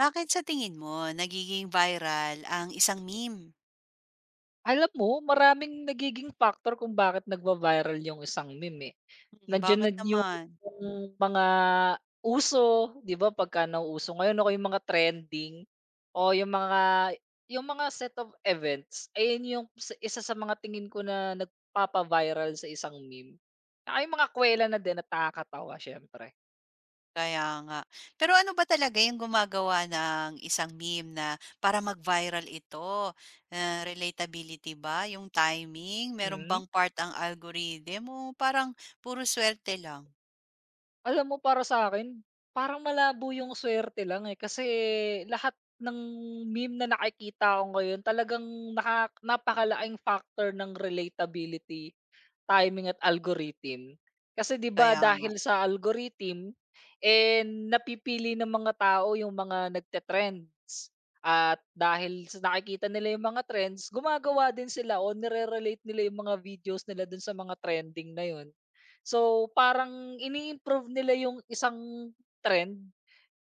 Bakit sa tingin mo nagiging viral ang isang meme? Alam mo maraming nagiging factor kung bakit nagva-viral yung isang meme, eh. Mm, Nandiyan bakit na yung naman? yung mga uso, 'di ba, pagka nauuso ngayon o kaya yung mga trending o yung mga set of events, ayun yung sa isa sa mga tingin ko na nagpapa-viral sa isang meme. Ay mga kwela na din at nakakatawa siyempre. Kaya nga. Pero ano ba talaga yung gumagawa ng isang meme na para mag-viral ito? Relatability ba? Yung timing? Meron Hmm. bang part ang algorithm o parang puro swerte lang? Alam mo, para sa akin parang malabo yung suwerte lang, eh, kasi lahat ng meme na nakikita ko ngayon talagang napakalaking factor ng relatability, timing at algorithm. Kasi 'di ba Kaya nga. dahil sa algorithm, eh, napipili ng mga tao yung mga nagte-trends at dahil sa nakikita nila yung mga trends, gumagawa din sila o nire-relate nila yung mga videos nila dun sa mga trending na yun. So, parang ini-improve nila yung isang trend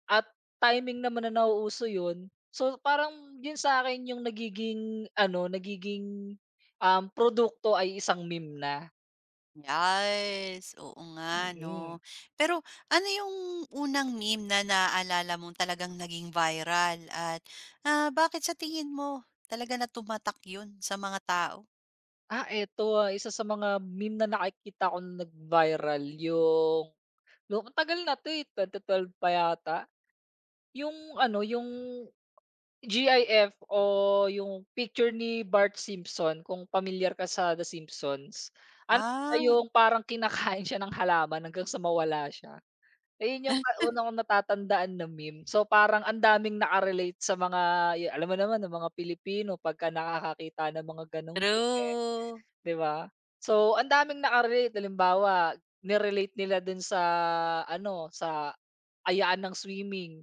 at timing naman na nauuso yun. So, parang yun sa'kin yung nagiging ano, nagiging, produkto ay isang meme na. Yes, oo nga 'no. Mm. Pero ano yung unang meme na naalala mong talagang naging viral at, bakit sa tingin mo talaga na tumatak yun sa mga tao? Ah, eto, isa sa mga meme na nakikita ko na nag-viral yung matagal tagal na 'to, eh, 2012 pa yata. Yung ano, yung GIF o yung picture ni Bart Simpson, kung pamilyar ka sa The Simpsons. Ano siya, Ah, yung parang kinakain siya ng halaman hanggang sa mawala siya. Ayun yung una kong natatandaan na meme. So, parang ang daming naka sa mga yu alam mo naman ang mga Pilipino pagka nakakakita ng mga gano'ng meme. true. 'Di ba? So, ang daming naka-relate. Halimbawa, ni-relate nila dun sa ano, sa ayaan ng swimming.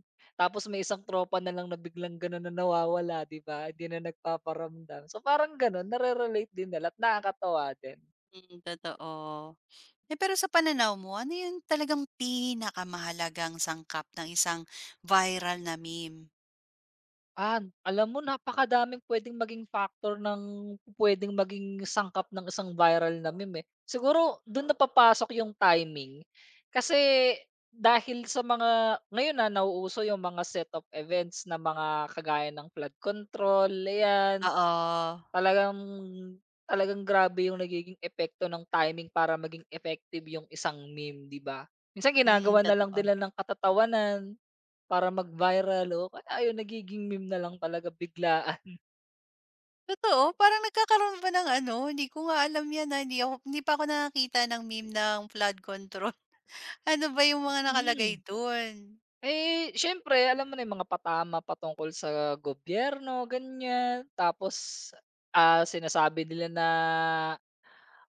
Tapos may isang tropa nalang na biglang ganun na nawawala, 'di ba? Hindi na nagpaparamdam. So, parang ganun, nare-relate din nila at nakakatuwa din. Mm, totoo. Eh, pero sa pananaw mo, ano yung talagang pinakamahalagang sangkap ng isang viral na meme? Ah, alam mo napakadaming pwedeng maging sangkap ng isang viral na meme, eh. Siguro do'n na papasok yung timing. Kasi dahil sa mga ngayon na nauuso yung mga set of events na mga kagaya ng flood control, ayan. Oo. Talagang talagang grabe yung nagiging epekto ng timing para maging effective yung isang meme, 'di ba? Minsan Hmm, ginagawan na lang totoo. nila ng katatawanan. Para mag-viral o kaya ayun nagiging meme na lang talaga biglaan. Totoo, parang nagkakaroon pa ng ano, hindi ko nga alam 'yan, ah, hindi ako pa ako nakakita ng meme ng flood control. Ano ba yung mga nakalagay Hmm, dun? eh, siyempre alam mo na yung mga patama patungkol sa gobyerno ganyan, tapos, sinasabi nila na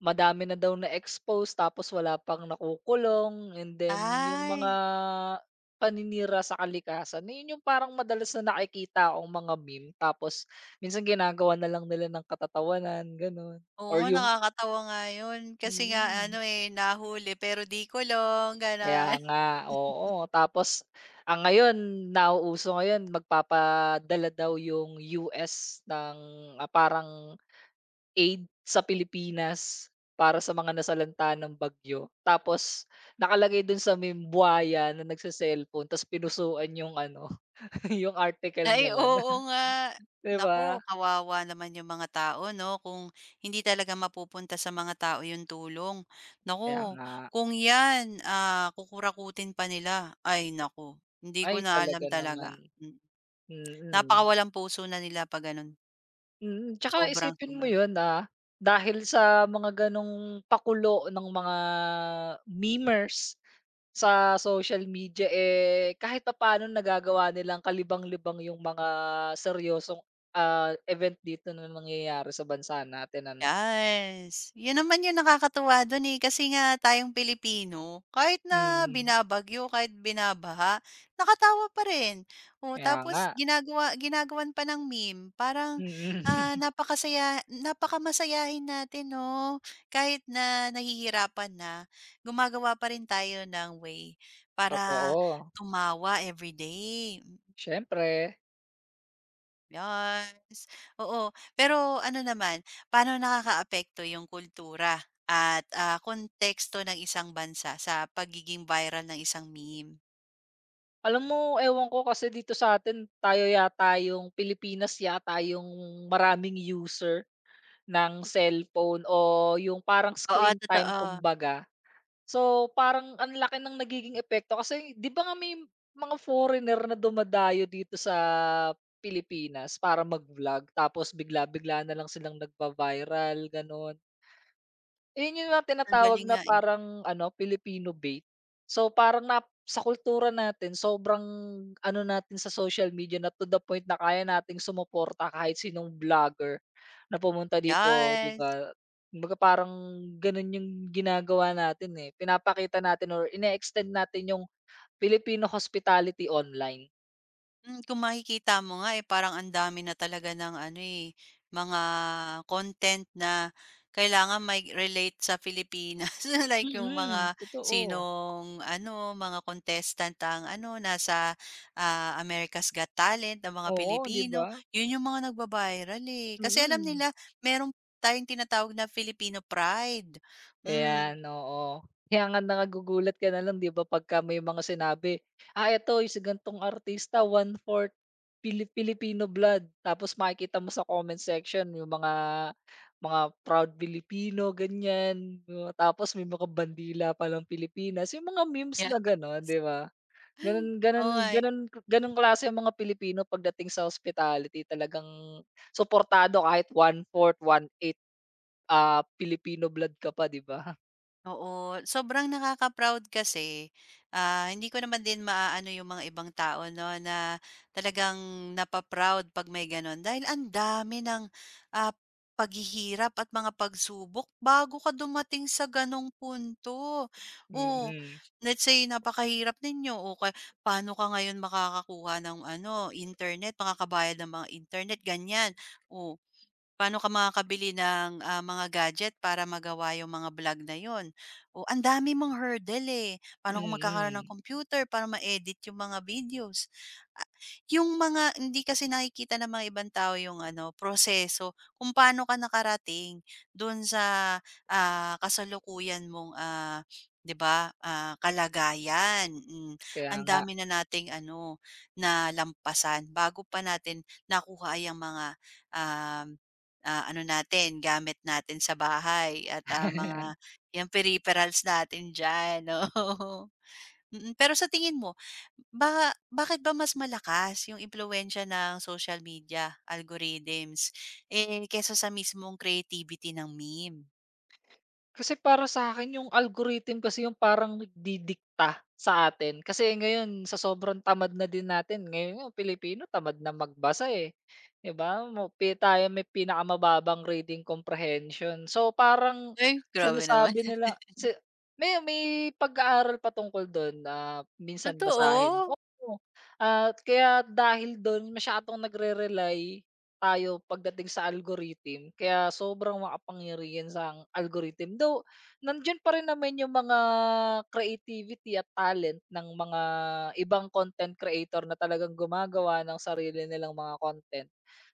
madami na daw na-expose tapos wala pang nakukulong and then yung mga Ay, paninira sa kalikasan na yun yung parang madalas na nakikita ang mga meme tapos minsan ginagawa na lang nila ng katatawanan gano'n or oo, yung nakakatawa nga yun kasi nga mm. ano, eh, nahuli pero 'di kulong, gano'n. Kaya nga, oo. Tapos ang ngayon, nauuso ngayon magpapadala daw yung US ng, parang aid sa Pilipinas para sa mga nasalanta ng bagyo. Tapos nakalagay dun sa membuwaya na nagse-cellphone tapos pinusuan yung ano, yung article Ay, na yun, oo nga. 'di Naku, ba? kawawa naman yung mga tao 'no, kung hindi talaga mapupunta sa mga tao yung tulong. Kaya Naku, nga. kung 'yan, kukurakutin pa nila, ay naku, hindi ko Ay, na alam talaga naman. talaga. Mm, Mm. napakawalang puso na nila 'pag gano'n, Mm, tsaka isipin mo sobrang-sobra. 'yun, dahil sa mga gano'ng pakulo ng mga memers sa social media, eh, kahit papaano nagagawa nilang kalibang-libang yung mga seryosong, event dito na nangyayari sa bansa natin, ano? Yes, yun naman yung nakakatuwa dun, eh, kasi nga tayong Pilipino kahit na Mm, binabagyo, kahit binabaha, nakatawa pa rin. Oh, kaya nga, tapos ginagawan pa ng meme parang, mm, napakasaya napakamasayahin natin 'no, kahit na nahihirapan na, gumagawa pa rin tayo ng way para totoo, tumawa everyday. siyempre. Yes, oo. Pero ano naman, paano nakakaapekto yung kultura at, konteksto ng isang bansa sa pagiging viral ng isang meme? Alam mo ewan ko kasi dito sa atin tayo yata yung Pilipinas yata yung maraming user. Ng cellphone o yung parang Oo, screen time totoo. kumbaga. So, parang ang laki ng nagiging epekto kasi 'di ba nga may mga foreigner na dumadayo dito sa Pilipinas para mag-vlog tapos bigla-bigla na lang silang nagva-viral gano'n. Ayun yung mga Ang tinatawag galing na nga, eh. parang ano, Filipino bait. So, parang sa kultura natin sobrang ano natin sa social media na to the point na kaya nating sumuporta kahit sinong vlogger. Na pumunta dito, 'di Yes. ba? Kumbaga parang gano'n yung ginagawa natin, eh, pinapakita natin or ine-extend natin yung Filipino hospitality online. Hmm, kung makikita mo nga, eh, parang ang dami na talaga ng ano, eh, mga content na kailangan mai-relate sa Pilipinas. Like yung mga Mm, totoo. sinong ano, mga contestant ang ano, nasa, America's Got Talent ng mga Oo, 'di Pilipino. ba? Yun yung mga nagba-viral, eh. Kasi alam Mm. nila merong tayong tinatawag na Filipino pride. Hmm. Ayan, oo. Kaya nga nagugulat ka na lang 'di ba pagka may mga sinabi, "Ah, eto yung si gan'tong artista one-fourth Filipino blood." Tapos makikita mo sa comment section yung mga proud Filipino ganyan, oo, tapos may mga bandila palang Pilipinas, yung mga memes Yeah. na gano'n 'di ba? Gano'n Oo gano'n nga, eh. gano'n gano'ng klase ang mga Pilipino pagdating sa hospitality, talagang suportado kahit one-fourth one 8 Filipino blood ka pa, 'di ba? Oo, sobrang nakaka-proud kasi, hindi ko naman din maaano yung mga ibang tao 'no, na talagang napaproud 'pag may gano'n. Dahil ang dami ng, ah, paghihirap at mga pagsubok bago ka dumating sa gano'ng punto. Oo, Mm, let's say napakahirap ninyo o kaya paano ka ngayon makakakuha ng ano, internet, makakabayad ng mga internet, ganyan. Oh, paano ka makakabili ng, mga gadget para magawa yung mga vlog na yun? O ang dami mong hurdle, eh. Paano kung magkakaroon ng mm. computer para ma-edit yung mga videos? Ah, yung mga hindi kasi nakikita ng mga ibang tao yung ano, proseso kung paano ka nakarating dun sa, ah, kasalukuyan mong, ah, 'di ba, ah, kalagayan. Mm, Kaya ang nga. dami na nating ano, na lampasan bago pa natin nakuha yung mga, um, ah, ano natin, gamit natin sa bahay at, ah, mga yung peripherals natin diyan, oo. Mm, pero sa tingin mo, bakit ba mas malakas 'yung impluwensiya ng social media algorithms, eh, kaysa sa mismong creativity ng meme? Kasi para sa akin yung algorithm kasi yung parang nagdidikta sa atin. Kasi ngayon sa sobrang tamad na din natin, ngayon nga Pilipino tamad na magbasa, eh, 'di ba? Mo pi tayo may pinakamababang reading comprehension. So, parang Ay, grabe naman. sinasabi nila may pag-aaral pa tungkol dun na minsan basahin, Totoo, oo. At kaya dahil dun masyadong nagre-rely tayo pagdating sa algorithm kaya sobrang makapangyarihan ang algorithm. Though nandiyan pa rin naman yung mga creativity at talent ng mga ibang content creator na talagang gumagawa ng sarili nilang mga content.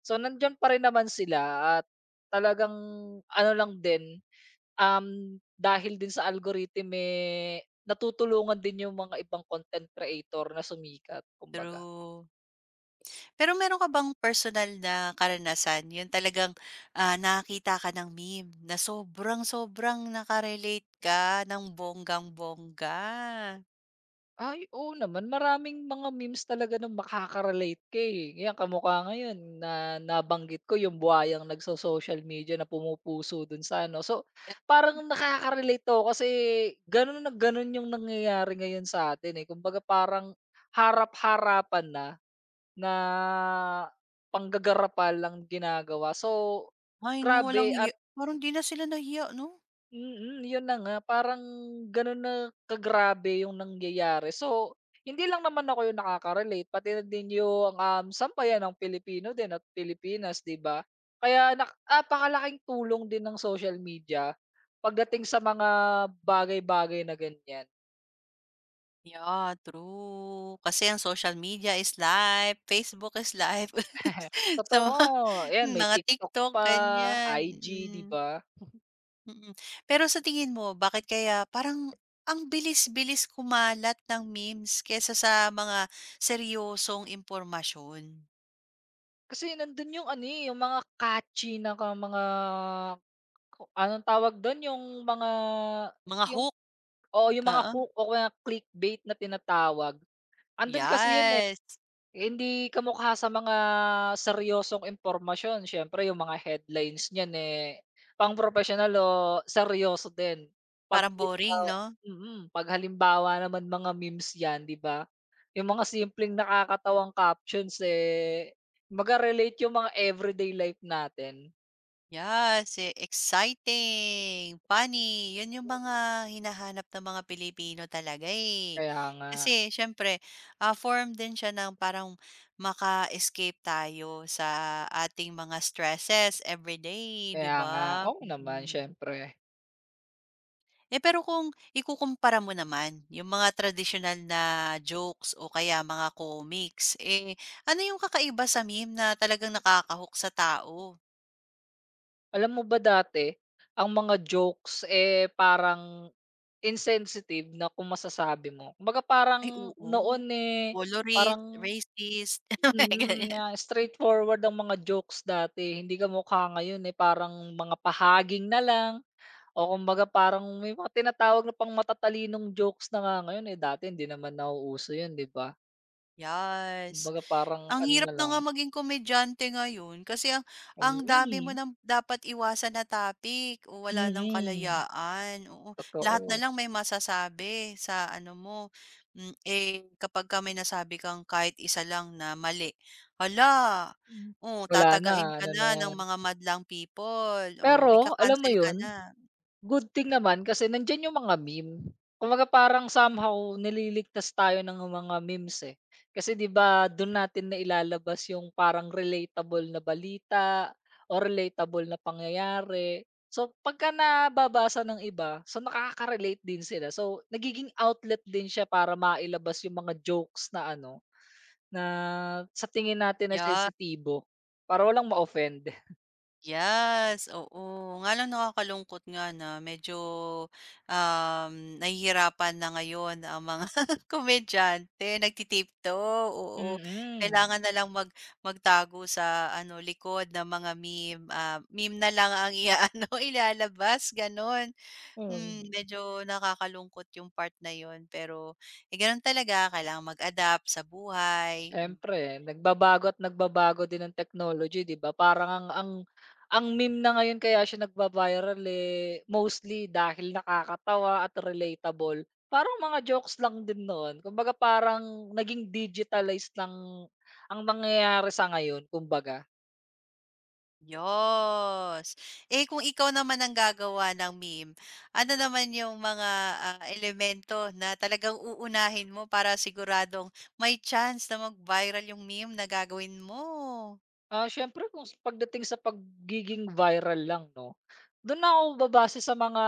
So nandiyan pa rin naman sila at talagang ano lang din, dahil din sa algorithm, eh, natutulungan din yung mga ibang content creator na sumikat kumbaga. true. Pero meron ka bang personal na karanasan, yun talagang, nakakita ka ng meme na sobrang-sobrang nakarelate ka ng bonggang-bongga? Ay, oo naman. Maraming mga memes talaga na makaka-relate ka, eh. Yan kamukha ngayon na nabanggit ko yung buhayang nagso-social media na pumupuso dun sa ano. So, Eh, parang nakaka-relate ako kasi ganun na ganun yung nangyayari ngayon sa atin, eh. Kumbaga parang harap-harapan na na panggagarapan lang ginagawa. So, ay 'no, walang grabe hiya at parang 'di na sila nahiya 'no? mm, yun na nga parang ganun na kagrabe yung nangyayari. So, hindi lang naman ako yung nakaka-relate pati na din yung, sampayan ng Pilipino din at Pilipinas, 'di ba? Kaya napakalaking tulong din ng social media pagdating sa mga bagay-bagay na ganyan. Yeah, true. Kasi ang social media is live, Facebook is live. Sa Totoo, ayan may mga TikTok TikTok, pa, ganyan, IG, 'di mm. ba? Mm. Pero sa tingin mo bakit kaya parang ang bilis-bilis kumalat ng memes kesa sa mga seryosong impormasyon? Kasi nandun yung ano, eh, yung mga catchy na mga anong tawag dun, yung mga Mga yung hook, oo, yung mga oo, hook o kaya clickbait na tinatawag. Andun kasi yun, eh, yes. hindi kamukha sa mga seryosong impormasyon. Siyempre yung mga headlines niyan, eh, pang professional o seryoso din. 'Pag Parang boring halimbawa 'no? 'Pag halimbawa naman mga memes 'yan, 'di ba? Yung mga simpleng nakakatawang captions, eh, maga-relate yung mga everyday life natin. Yes, eh, exciting, funny, 'yun 'yung mga hinahanap ng mga Pilipino talaga, eh. Kaya nga. Kasi siyempre, form din siya ng parang maka-escape tayo sa ating mga stresses everyday, 'di Kaya nga. ba? Oo naman, Mm. siyempre. Eh, pero kung ikukumpara mo naman yung mga traditional na jokes o kaya mga comics, eh, ano yung kakaiba sa meme na talagang nakaka sa tao? Alam mo ba dati, ang mga jokes, eh, parang insensitive na kung masasabi mo. Kumbaga Ay parang oo. noon, eh, Colorist, parang racist, mga mm, ganyan. na straightforward ang mga jokes dati. Hindi ka kamukha ngayon, eh, parang mga pahaging na lang o kumbaga parang may mga tinatawag na pang matatalinong jokes na nga ngayon, eh, dati hindi naman nauuso 'yun, 'di ba? Yes. Kumbaga parang Ang ano hirap na na lang, nga maging komedyante ngayon kasi hmm, ang dami mo mm. ng dapat iwasan na topic o wala Mm, ng mm, kalayaan, oo. Lahat na totoo. lang may masasabi sa ano mo, hmm, eh, kapagka may nasabi kang kahit isa lang na mali, hala, Hmm, oh, wala na, tatagain ka ano na na ng 'yan. mga madlang people, o Pero alam mo ika-cancel ka 'yun, na, good thing naman kasi nandiyan yung mga meme. Kumbaga parang somehow nililigtas tayo ng mga memes, eh. Kasi 'di ba do'n natin nailalabas yung parang relatable na balita o relatable na pangyayari. So pagka nababasa ng iba, so nakaka-relate din sila. So nagiging outlet din siya para mailabas yung mga jokes na ano, na sa tingin natin na yan. sensitibo para walang ma-offend. Yes, oo. Nga lang nakakalungkot nga na medyo, um, nahihirapan na ngayon ang mga komedyante, nagtitipto, tiptoe oo. Mm. Kailangan na lang magtago sa ano, likod ng mga meme, ah, meme na lang ang iaano, ilalabas, gano'n. Hmm, Um, medyo nakakalungkot yung part na yon, pero, eh, gano'n talaga kailangang mag-adapt sa buhay. Hmm. siyempre nagbabago at nagbabago din ang technology, 'di ba? Parang ang meme na ngayon kaya siya nagva-viral, eh, mostly dahil nakakatawa at relatable. Parang mga jokes lang din noon. Kumbaga parang naging digitalized lang ang nangyayari sa ngayon kumbaga. Yos, eh, kung ikaw naman ang gagawa ng meme, ano naman yung mga, elemento na talagang uunahin mo para siguradong may chance na mag-viral yung meme na gagawin mo? Ah, siyempre kung pagdating sa pagiging viral lang 'no, do'n ako babase sa mga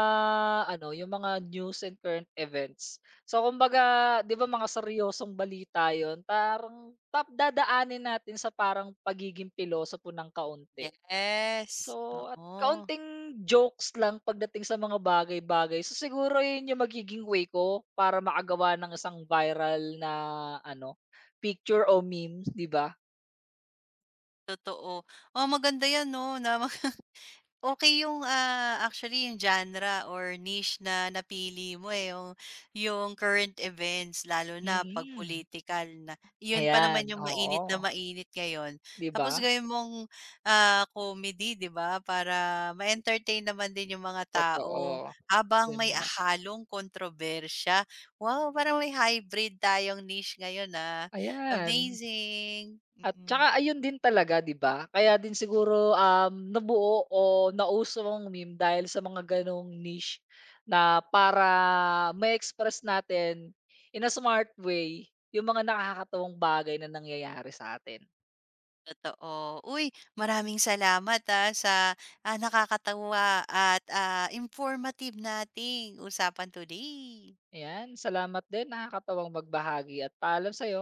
ano, yung mga news and current events. So kumbaga 'di ba mga seryosong balita yon, parang dadaanin natin sa parang pagiging pilosopo ng kaunti. Yes. So at Oo, kaunting jokes lang pagdating sa mga bagay-bagay. So siguro 'yun yung magiging way ko para makagawa ng isang viral na ano, picture o meme, 'di ba? totoo. Oh, maganda 'yan 'no na okay yung, ah, actually yung genre or niche na napili mo, eh, yung current events lalo na 'pag Mm. pulitikal na. Yun pa naman Ayan, yung mainit na oo, mainit ngayon. 'di Tapos ba? gawin mong, comedy, 'di ba, para ma-entertain naman din yung mga tao Totoo, habang yun may nga, halong kontrobersiya. Wow, parang may hybrid tayong niche ngayon, ah. ayan. Amazing, mm. At Mm. tsaka ayun din talaga 'di ba? Kaya din siguro, nabuo o nauso ang meme dahil sa mga ganong niche na para ma-express natin in a smart way yung mga nakakatawang bagay na nangyayari sa atin. Totoo. Uy, maraming salamat, ah, sa, ah, nakakatuwa at, ah, informative nating usapan today. Ayan, salamat din nakakatawang magbahagi at paalam sa'yo.